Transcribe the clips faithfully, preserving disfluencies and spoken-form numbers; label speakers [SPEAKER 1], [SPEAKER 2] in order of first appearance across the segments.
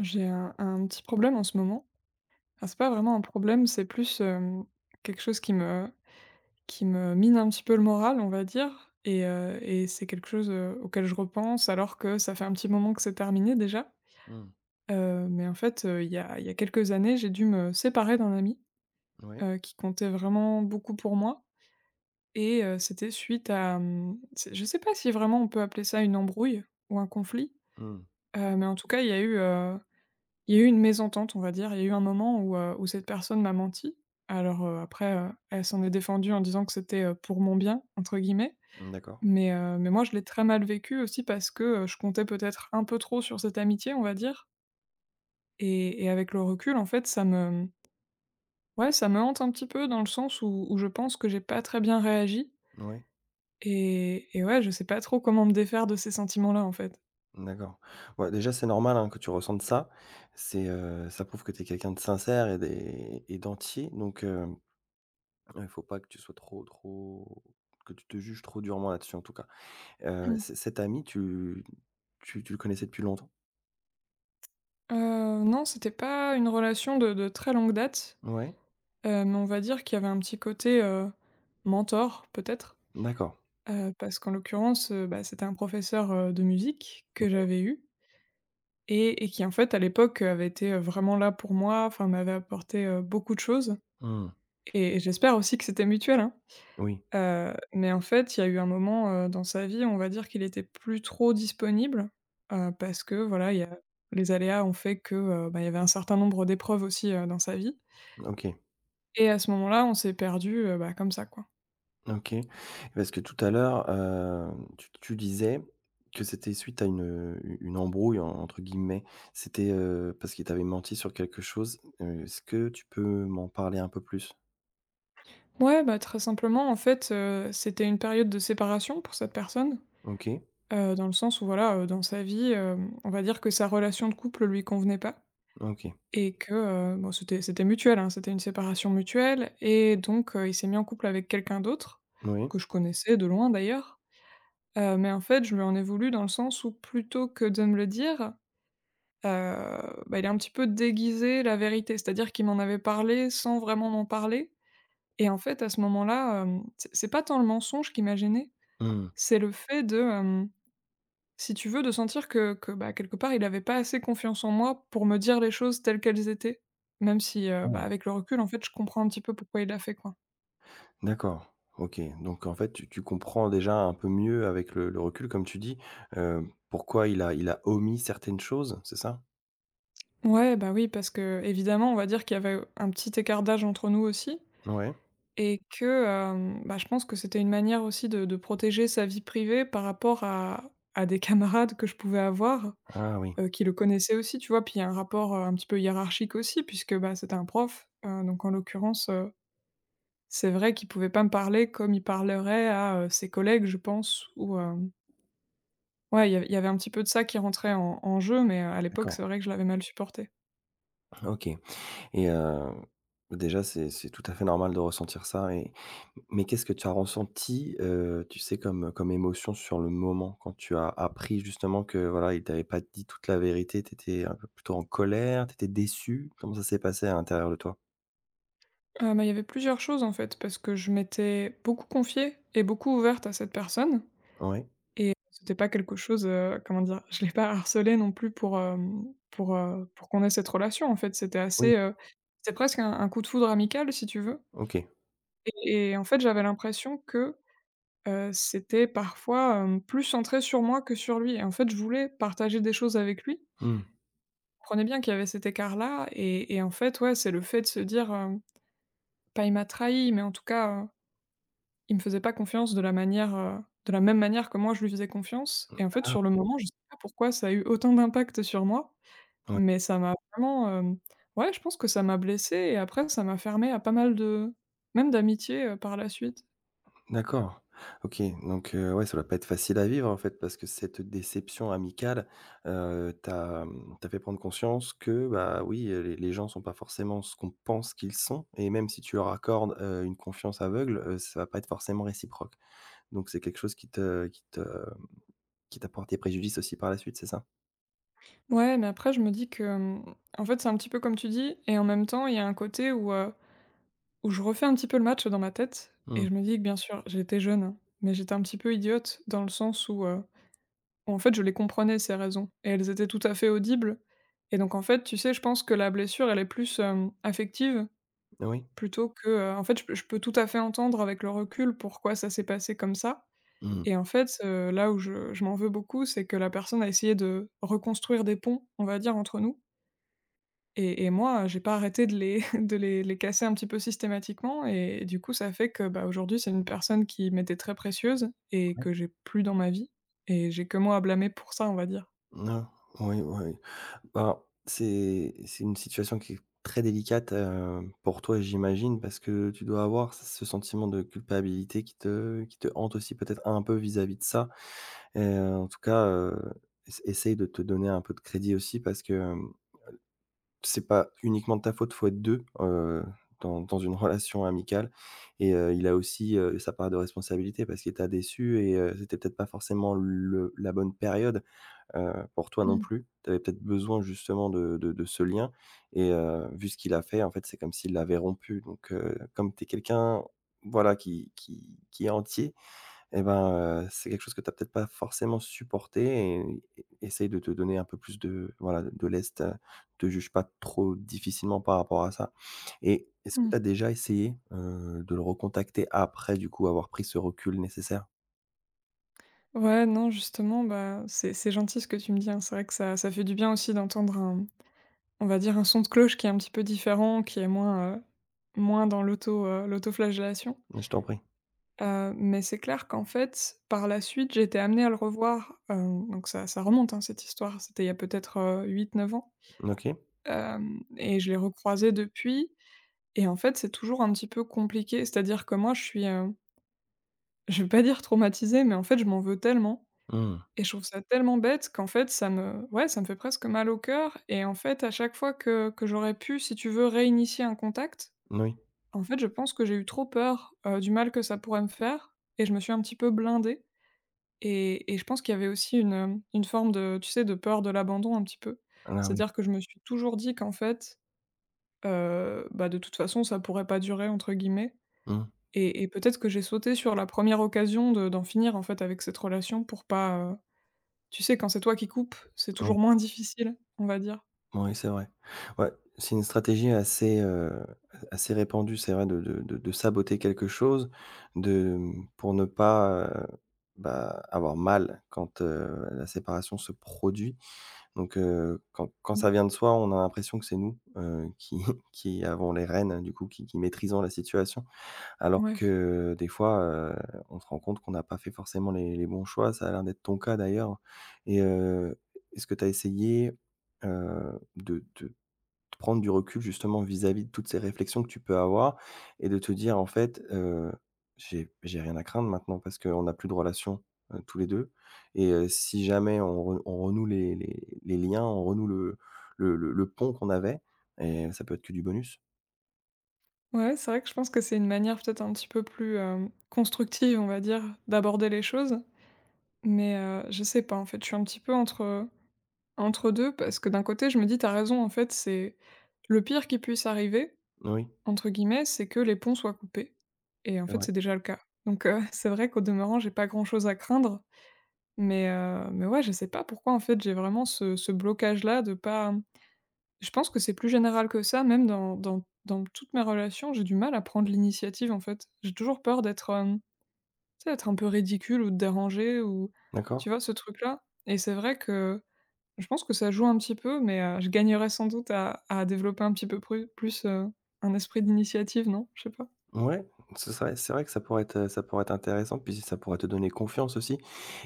[SPEAKER 1] J'ai un, un petit problème en ce moment. Enfin, c'est pas vraiment un problème, c'est plus euh, quelque chose qui me, qui me mine un petit peu le moral, on va dire. Et, euh, et c'est quelque chose euh, auquel je repense alors que ça fait un petit moment que c'est terminé déjà.
[SPEAKER 2] Mmh.
[SPEAKER 1] Euh, mais en fait, euh, il y a, il y a quelques années, j'ai dû me séparer d'un ami
[SPEAKER 2] Ouais.
[SPEAKER 1] euh, qui comptait vraiment beaucoup pour moi. Et euh, c'était suite à hum, c'est- je sais pas si vraiment on peut appeler ça une embrouille ou un conflit,
[SPEAKER 2] Mmh.
[SPEAKER 1] euh, mais en tout cas, il y a eu... Il y a eu une mésentente, on va dire. Il y a eu un moment où, heu, où cette personne m'a menti. Alors, heu, après, heu, elle s'en est défendue en disant que c'était, heu, «pour mon bien» entre guillemets.
[SPEAKER 2] Mmh, d'accord.
[SPEAKER 1] Mais, heu, mais moi, je l'ai très mal vécu aussi parce que, heu, je comptais peut-être un peu trop sur cette amitié, on va dire, et et avec le recul, en fait, ça me ouais, ça me hante un petit peu dans le sens où où je pense que j'ai pas très bien réagi
[SPEAKER 2] Oui,
[SPEAKER 1] et et ouais, je sais pas trop comment me défaire de ces sentiments-là, en fait.
[SPEAKER 2] d'accord. Ouais, déjà, c'est normal, hein, que tu ressentes ça. C'est, heu, ça prouve que tu es quelqu'un de sincère et des et d'entier, donc hem, il ne faut pas que tu sois trop trop que tu te juges trop durement là-dessus, en tout cas. Heu,
[SPEAKER 1] Mmh.
[SPEAKER 2] c Cet ami, tu tu tu le connaissais depuis longtemps?
[SPEAKER 1] Heu, non, c'était pas une relation de de très longue date.
[SPEAKER 2] Ouais?
[SPEAKER 1] Euh, mais on va dire qu'il y avait un petit côté, heu, mentor peut-être,
[SPEAKER 2] D'accord.
[SPEAKER 1] heu, parce qu'en l'occurrence, heu, bah, c'était un professeur, heu, de musique que j'avais eu et et qui, en fait, à l'époque, heu, avait été, heu, vraiment là pour moi, enfin m'avait apporté, heu, beaucoup de choses
[SPEAKER 2] Mmh.
[SPEAKER 1] et et j'espère aussi que c'était mutuel, hein.
[SPEAKER 2] Oui.
[SPEAKER 1] Heu, mais en fait, il y a eu un moment, heu, dans sa vie, on va dire qu'il était plus trop disponible, heu, parce que voilà, il y a les aléas ont fait que, heu, bah, il y avait un certain nombre d'épreuves aussi, heu, dans sa vie,
[SPEAKER 2] OK.
[SPEAKER 1] et à ce moment-là, on s'est perdu heu, bah, comme ça, quoi.
[SPEAKER 2] OK. Parce que tout à l'heure, hem, tu tu disais que c'était suite à une, une «embrouille» en entre guillemets. C'était, heu, parce qu'il t'avait menti sur quelque chose. Heu, est-ce que tu peux m'en parler un peu plus?
[SPEAKER 1] Ouais, bah, très simplement, en fait, heu, c'était une période de séparation pour cette personne,
[SPEAKER 2] OK.
[SPEAKER 1] heu, dans le sens où voilà, heu, dans sa vie, hem, on va dire que sa relation de couple lui convenait pas,
[SPEAKER 2] OK.
[SPEAKER 1] et que, heu, bon, c'était c'était mutuel, hein, c'était une séparation mutuelle, et donc, heu, il s'est mis en couple avec quelqu'un d'autre,
[SPEAKER 2] Oui.
[SPEAKER 1] que je connaissais de loin d'ailleurs, heu, mais en fait, je lui en ai voulu dans le sens où, plutôt que de me le dire, heu, bah, il a un petit peu déguisé la vérité. C'est-à-dire qu'il m'en avait parlé sans vraiment m'en parler, et en fait, à ce moment-là, hem, c'est c'est pas tant le mensonge qui m'a gênée,
[SPEAKER 2] Mmh.
[SPEAKER 1] c'est le fait de, hem, si tu veux, de sentir que que, bah, quelque part, il avait pas assez confiance en moi pour me dire les choses telles qu'elles étaient. Même si, heu, bah,
[SPEAKER 2] Ah,
[SPEAKER 1] avec le recul, en fait, je comprends un petit peu pourquoi il l'a fait, quoi.
[SPEAKER 2] d'accord. OK. Donc en fait, tu tu comprends déjà un peu mieux avec le le recul, comme tu dis, heu, pourquoi il a il a omis certaines choses, c'est ça?
[SPEAKER 1] Ouais, bah, oui, parce que évidemment, on va dire qu'il y avait un petit écart d'âge entre nous aussi,
[SPEAKER 2] Ouais.
[SPEAKER 1] et que, hem, bah, je pense que c'était une manière aussi de de protéger sa vie privée par rapport à à des camarades que je pouvais avoir,
[SPEAKER 2] Ah oui,
[SPEAKER 1] heu, qui le connaissait aussi, tu vois? Puis il y a un rapport, heu, un petit peu hiérarchique aussi, puisque, bah, c'était un prof, heu, donc en l'occurrence, heu, c'est vrai qu'il pouvait pas me parler comme il parlerait à, heu, ses collègues, je pense, ou hem, ouais, il y avait il y avait un petit peu de ça qui rentrait en en jeu, mais, heu, à l'époque,
[SPEAKER 2] d'accord.
[SPEAKER 1] c'est vrai que je l'avais mal supporté.
[SPEAKER 2] OK. Et heu, déjà, c'est c'est tout à fait normal de ressentir ça. Et mais qu'est-ce que tu as ressenti, heu, tu sais, comme, comme émotion sur le moment quand tu as appris justement que, voilà, il t'avait pas dit toute la vérité? Tu étais un peu plutôt en colère? Tu étais déçue? Comment ça s'est passé à l'intérieur de toi?
[SPEAKER 1] Heu, bah, il y avait plusieurs choses, en fait, parce que je m'étais beaucoup confiée et beaucoup ouverte à cette personne.
[SPEAKER 2] Ouais?
[SPEAKER 1] Et c'était pas quelque chose, heu, comment dire? Je l'ai pas harcelé non plus pour, hem, pour, heu, pour qu'on ait cette relation, en fait. C'était
[SPEAKER 2] Oui.
[SPEAKER 1] assez, heu, c'était presque un un coup de foudre amical, si tu veux.
[SPEAKER 2] OK.
[SPEAKER 1] Et et en fait, j'avais l'impression que, heu, c'était parfois, hem, plus centré sur moi que sur lui. Et en fait, je voulais partager des choses avec lui.
[SPEAKER 2] Mmh.
[SPEAKER 1] Je comprenais bien qu'il y avait cet écart-là, et et en fait, ouais, c'est le fait de se dire, hem, pas il m'a trahi, mais en tout cas, il me faisait pas confiance de la manière, heu, de la même manière que moi je lui faisais confiance, et en fait, sur le moment, je sais pas pourquoi ça a eu autant d'impact sur moi,
[SPEAKER 2] Ah!
[SPEAKER 1] mais ça m'a vraiment, hem, ouais, je pense que ça m'a blessée, et après ça m'a fermée à pas mal de, même d'amitiés, heu, par la suite.
[SPEAKER 2] D'accord. OK, donc heu, ouais, ça doit pas être facile à vivre, en fait, parce que cette déception amicale, heu, t'a, mmh, t'a fait prendre conscience que, bah, oui, heu, les les gens sont pas forcément ce qu'on pense qu'ils sont et même si tu leur accordes, heu, une confiance aveugle, heu, ça va pas être forcément réciproque. Donc c'est quelque chose qui te qui te qui t'a porté préjudice aussi par la suite, c'est ça?
[SPEAKER 1] Ouais, mais après je me dis que, hem, en fait, c'est un petit peu comme tu dis, et en même temps, il y a un côté où, heu, où je refais un petit peu le match dans ma tête, et
[SPEAKER 2] Mmh.
[SPEAKER 1] je me dis que, bien sûr, j'étais jeune, hein, mais j'étais un petit peu idiote dans le sens où, heu En fait, je les comprenais, ces raisons, et elles étaient tout à fait audibles, et donc en fait, tu sais, je pense que la blessure, elle est plus, hem, affective
[SPEAKER 2] Oui.
[SPEAKER 1] plutôt que, heu, en fait, je peux, je peux tout à fait entendre avec le recul pourquoi ça s'est passé comme ça.
[SPEAKER 2] Mmh.
[SPEAKER 1] Et en fait, heu, là où je, je m'en veux beaucoup, c'est que la personne a essayé de reconstruire des ponts, on va dire, entre nous, et et moi, j'ai pas arrêté de les de les les casser un petit peu systématiquement, et du coup, ça fait que, bah, aujourd'hui, c'est une personne qui m'était très précieuse et
[SPEAKER 2] Oui.
[SPEAKER 1] que j'ai plus dans ma vie, et j'ai que moi à blâmer pour ça, on va dire.
[SPEAKER 2] Ah, oui, oui. Alors, c'est c'est une situation qui est très délicate, heu, pour toi, j'imagine, parce que tu dois avoir ce sentiment de culpabilité qui te qui te hante aussi peut-être un peu vis-à-vis de ça. Et heu, en tout cas, heu, ess essaye de te donner un peu de crédit aussi parce que, hem, c'est pas uniquement de ta faute, faut être deux, heu, dans dans une relation amicale. Et heu, il a aussi, heu, sa part de responsabilité parce qu'il t'a déçu. Et heu, c'était peut-être pas forcément le la bonne période heu, pour toi non plus. Tu avais peut-être besoin justement de de de ce lien. Et heu, vu ce qu'il a fait, en fait, c'est comme s'il l'avait rompu, donc heu, comme tu es quelqu'un, voilà, qui qui qui est entier. Et ben, heu, c'est quelque chose que tu as peut-être pas forcément supporté. Et et essaye de te donner un peu plus de, voilà, de lest, heu, te juge pas trop difficilement par rapport à ça. Et est-ce que
[SPEAKER 1] Mmh.
[SPEAKER 2] tu as déjà essayé, heu, de le recontacter après du coup avoir pris ce recul nécessaire?
[SPEAKER 1] Ouais, non, justement, bah, c'est c'est gentil, ce que tu me dis, hein. C'est vrai que ça ça fait du bien aussi d'entendre un, on va dire, un son de cloche qui est un petit peu différent, qui est moins, heu, moins dans l'auto, heu, l'autoflagellation.
[SPEAKER 2] Je t'en prie.
[SPEAKER 1] Heu, mais c'est clair qu'en fait, par la suite, j'ai été amenée à le revoir, heu, donc ça ça remonte, hein, cette histoire, c'était il y a peut-être, euh, huit, neuf ans.
[SPEAKER 2] OK.
[SPEAKER 1] Hem et je l'ai recroisé depuis, et en fait, c'est toujours un petit peu compliqué. C'est-à-dire que moi, je suis, heu, je vais pas dire traumatisée, mais en fait, je m'en veux tellement,
[SPEAKER 2] Mmh.
[SPEAKER 1] et je trouve ça tellement bête qu'en fait ça me ouais, ça me fait presque mal au cœur, et en fait, à chaque fois que que j'aurais pu, si tu veux, réinitier un contact,
[SPEAKER 2] Moui.
[SPEAKER 1] en fait, je pense que j'ai eu trop peur, heu, du mal que ça pourrait me faire, et je me suis un petit peu blindée, et et je pense qu'il y avait aussi une, une forme de, tu sais, de peur de l'abandon, un petit peu.
[SPEAKER 2] Ah oui.
[SPEAKER 1] C'est-à-dire que je me suis toujours dit qu'en fait, heu, bah, de toute façon, ça pourrait pas «durer» entre guillemets,
[SPEAKER 2] Mmh.
[SPEAKER 1] et et peut-être que j'ai sauté sur la première occasion de d'en finir, en fait, avec cette relation, pour pas, tu sais, quand c'est toi qui coupes, c'est toujours
[SPEAKER 2] Oui.
[SPEAKER 1] moins difficile, on va dire.
[SPEAKER 2] Oui, c'est vrai. Ouais, c'est une stratégie assez, heu, assez répandue, c'est vrai, de de de de saboter quelque chose, de mmh, pour ne pas, heu, bah, avoir mal quand, heu, la séparation se produit. Donc, heu, quand quand
[SPEAKER 1] Mmh,
[SPEAKER 2] ça vient de soi, on a l'impression que c'est nous, heu, qui qui avons les rênes, du coup, qui qui maîtrisons la situation. Alors
[SPEAKER 1] ouais.
[SPEAKER 2] que des fois, heu, on se rend compte qu'on n'a pas fait forcément les les bons choix. Ça a l'air d'être ton cas d'ailleurs. Et heu, est-ce que tu as essayé, heu, de de prendre du recul justement vis-à-vis de toutes ces réflexions que tu peux avoir et de te dire en fait, heu: «J'ai j'ai rien à craindre maintenant parce qu'on n'a plus de relation, heu, tous les deux. Et heu, si jamais on re on renoue les les les liens, on renoue le le le le pont qu'on avait, et ça peut être que du bonus».
[SPEAKER 1] Ouais, c'est vrai que je pense que c'est une manière peut-être un petit peu plus, hem, constructive, on va dire, d'aborder les choses. Mais, heu, je sais pas, en fait, je suis un petit peu entre, entre deux, parce que d'un côté, je me dis: t'as raison, en fait, c'est le pire qui puisse arriver»,
[SPEAKER 2] Oui,
[SPEAKER 1] entre guillemets, «c'est que les ponts soient coupés», et en
[SPEAKER 2] c'est
[SPEAKER 1] fait,
[SPEAKER 2] vrai.
[SPEAKER 1] c'est déjà le cas. Donc, heu, c'est vrai qu'au demeurant, j'ai pas grand-chose à craindre, mais, heu, mais ouais, je sais pas pourquoi, en fait, j'ai vraiment ce ce blocage-là. De pas Je pense que c'est plus général que ça, même dans dans dans toutes mes relations, j'ai du mal à prendre l'initiative, en fait. J'ai toujours peur d'être, hem, tu sais, d'être un peu ridicule, ou de déranger, ou
[SPEAKER 2] D'accord.
[SPEAKER 1] tu vois, ce truc-là? Et c'est vrai que je pense que ça joue un petit peu, mais heu, je gagnerais sans doute à à développer un petit peu pru plus, heu, un esprit d'initiative, non? Je sais pas.
[SPEAKER 2] Ouais, ce serait c'est vrai que ça pourrait être, ça pourrait être intéressant, puis ça pourrait te donner confiance aussi.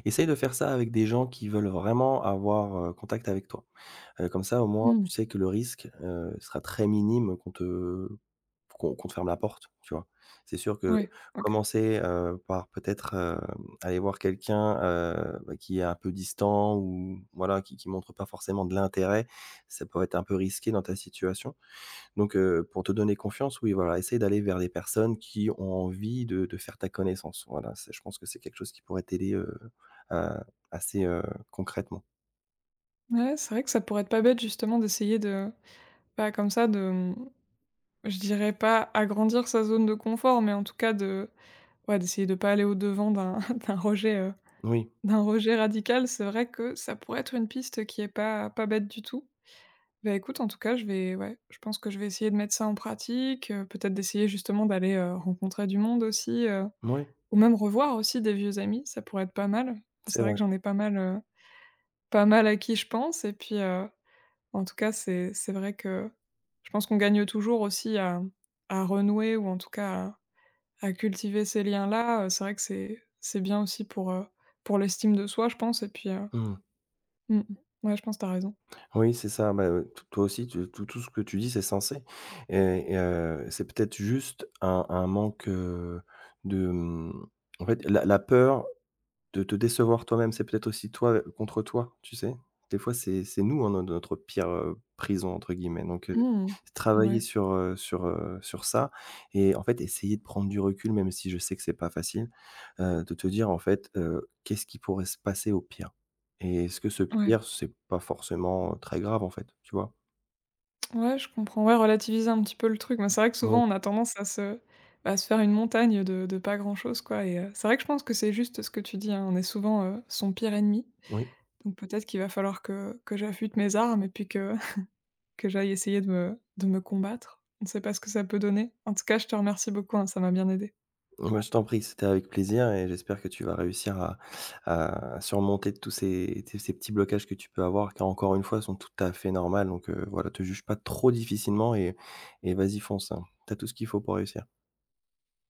[SPEAKER 2] Essaye de faire ça avec des gens qui veulent vraiment avoir, heu, contact avec toi. Heu, comme ça, au moins,
[SPEAKER 1] Mmh.
[SPEAKER 2] tu sais que le risque, heu, sera très minime qu'on te qu'on qu'on te ferme la porte, tu vois? C'est sûr que
[SPEAKER 1] Ouais, OK.
[SPEAKER 2] commencer, heu, par peut-être, hem, aller voir quelqu'un, heu, bah, qui est un peu distant ou voilà, qui qui montre pas forcément de l'intérêt, ça pourrait être un peu risqué dans ta situation. Donc, heu, pour te donner confiance, oui, voilà, essaye d'aller vers des personnes qui ont envie de de faire ta connaissance. Voilà, c'est je pense que c'est quelque chose qui pourrait t'aider, heu, à assez, heu, concrètement.
[SPEAKER 1] Ouais, c'est vrai que ça pourrait être pas bête, justement, d'essayer de, pas comme ça de, mmh, je dirais pas agrandir sa zone de confort, mais en tout cas de, ouais, d'essayer de pas aller au-devant d'un d'un rejet, heu,
[SPEAKER 2] Oui,
[SPEAKER 1] d'un rejet radical, c'est vrai que ça pourrait être une piste qui est pas pas bête du tout. Bah, écoute, en tout cas, je vais ouais, je pense que je vais essayer de mettre ça en pratique, heu, peut-être d'essayer, justement, d'aller, heu, rencontrer du monde aussi, heu,
[SPEAKER 2] oui,
[SPEAKER 1] ou même revoir aussi des vieux amis, ça pourrait être pas mal.
[SPEAKER 2] c'est
[SPEAKER 1] C'est vrai que
[SPEAKER 2] vrai.
[SPEAKER 1] j'en ai pas mal, heu, pas mal à qui je pense, et puis, heu, en tout cas, c'est c'est vrai que je pense qu'on gagne toujours aussi à à renouer, ou en tout cas à cultiver ces liens-là, heu, c'est vrai que c'est c'est bien aussi pour, heu, pour l'estime de soi, je pense, et puis, heu,
[SPEAKER 2] Mmh.
[SPEAKER 1] mmh ouais, je pense, tu as raison.
[SPEAKER 2] Oui, c'est ça. Bah, heu, t toi aussi, tu tout tout ce que tu dis, c'est sensé. Et et heu, c'est peut-être juste un un manque, heu, de, mmh en fait, la la peur de te décevoir toi-même, c'est peut-être aussi toi, heu, contre toi, tu sais? Des fois, c'est c'est nous, hein, no notre pire, heu, «prison» entre guillemets, donc heu,
[SPEAKER 1] Mmh,
[SPEAKER 2] travailler
[SPEAKER 1] ouais,
[SPEAKER 2] sur, heu, sur, heu, sur ça et en fait, essayer de prendre du recul, même si je sais que c'est pas facile, heu, de te dire, en fait, heu: «Qu'est-ce qui pourrait se passer au pire?» Et est-ce que ce
[SPEAKER 1] ouais,
[SPEAKER 2] pire, c'est pas forcément, heu, très grave, en fait, tu vois?
[SPEAKER 1] ouais, je comprends. Ouais, relativiser un petit peu le truc, mais c'est vrai que souvent
[SPEAKER 2] Oui,
[SPEAKER 1] on a tendance à se à se faire une montagne de de pas grand-chose, quoi, et heu, c'est vrai que je pense que c'est juste ce que tu dis, hein, on est souvent, heu, son pire ennemi,
[SPEAKER 2] oui.
[SPEAKER 1] donc peut-être qu'il va falloir que que j'affûte mes armes et puis que que j'aille essayer de me de me combattre. On ne sait pas ce que ça peut donner. En tout cas, je te remercie beaucoup, hein, ça m'a bien aidé.
[SPEAKER 2] Moi, je t'en prie, c'était avec plaisir et j'espère que tu vas réussir à à surmonter tous ces tes ces petits blocages que tu peux avoir, car encore une fois, sont tout à fait normaux. Donc heu, voilà, te juge pas trop difficilement et et vas-y fonce, hein. Tu Tout ce qu'il faut pour réussir.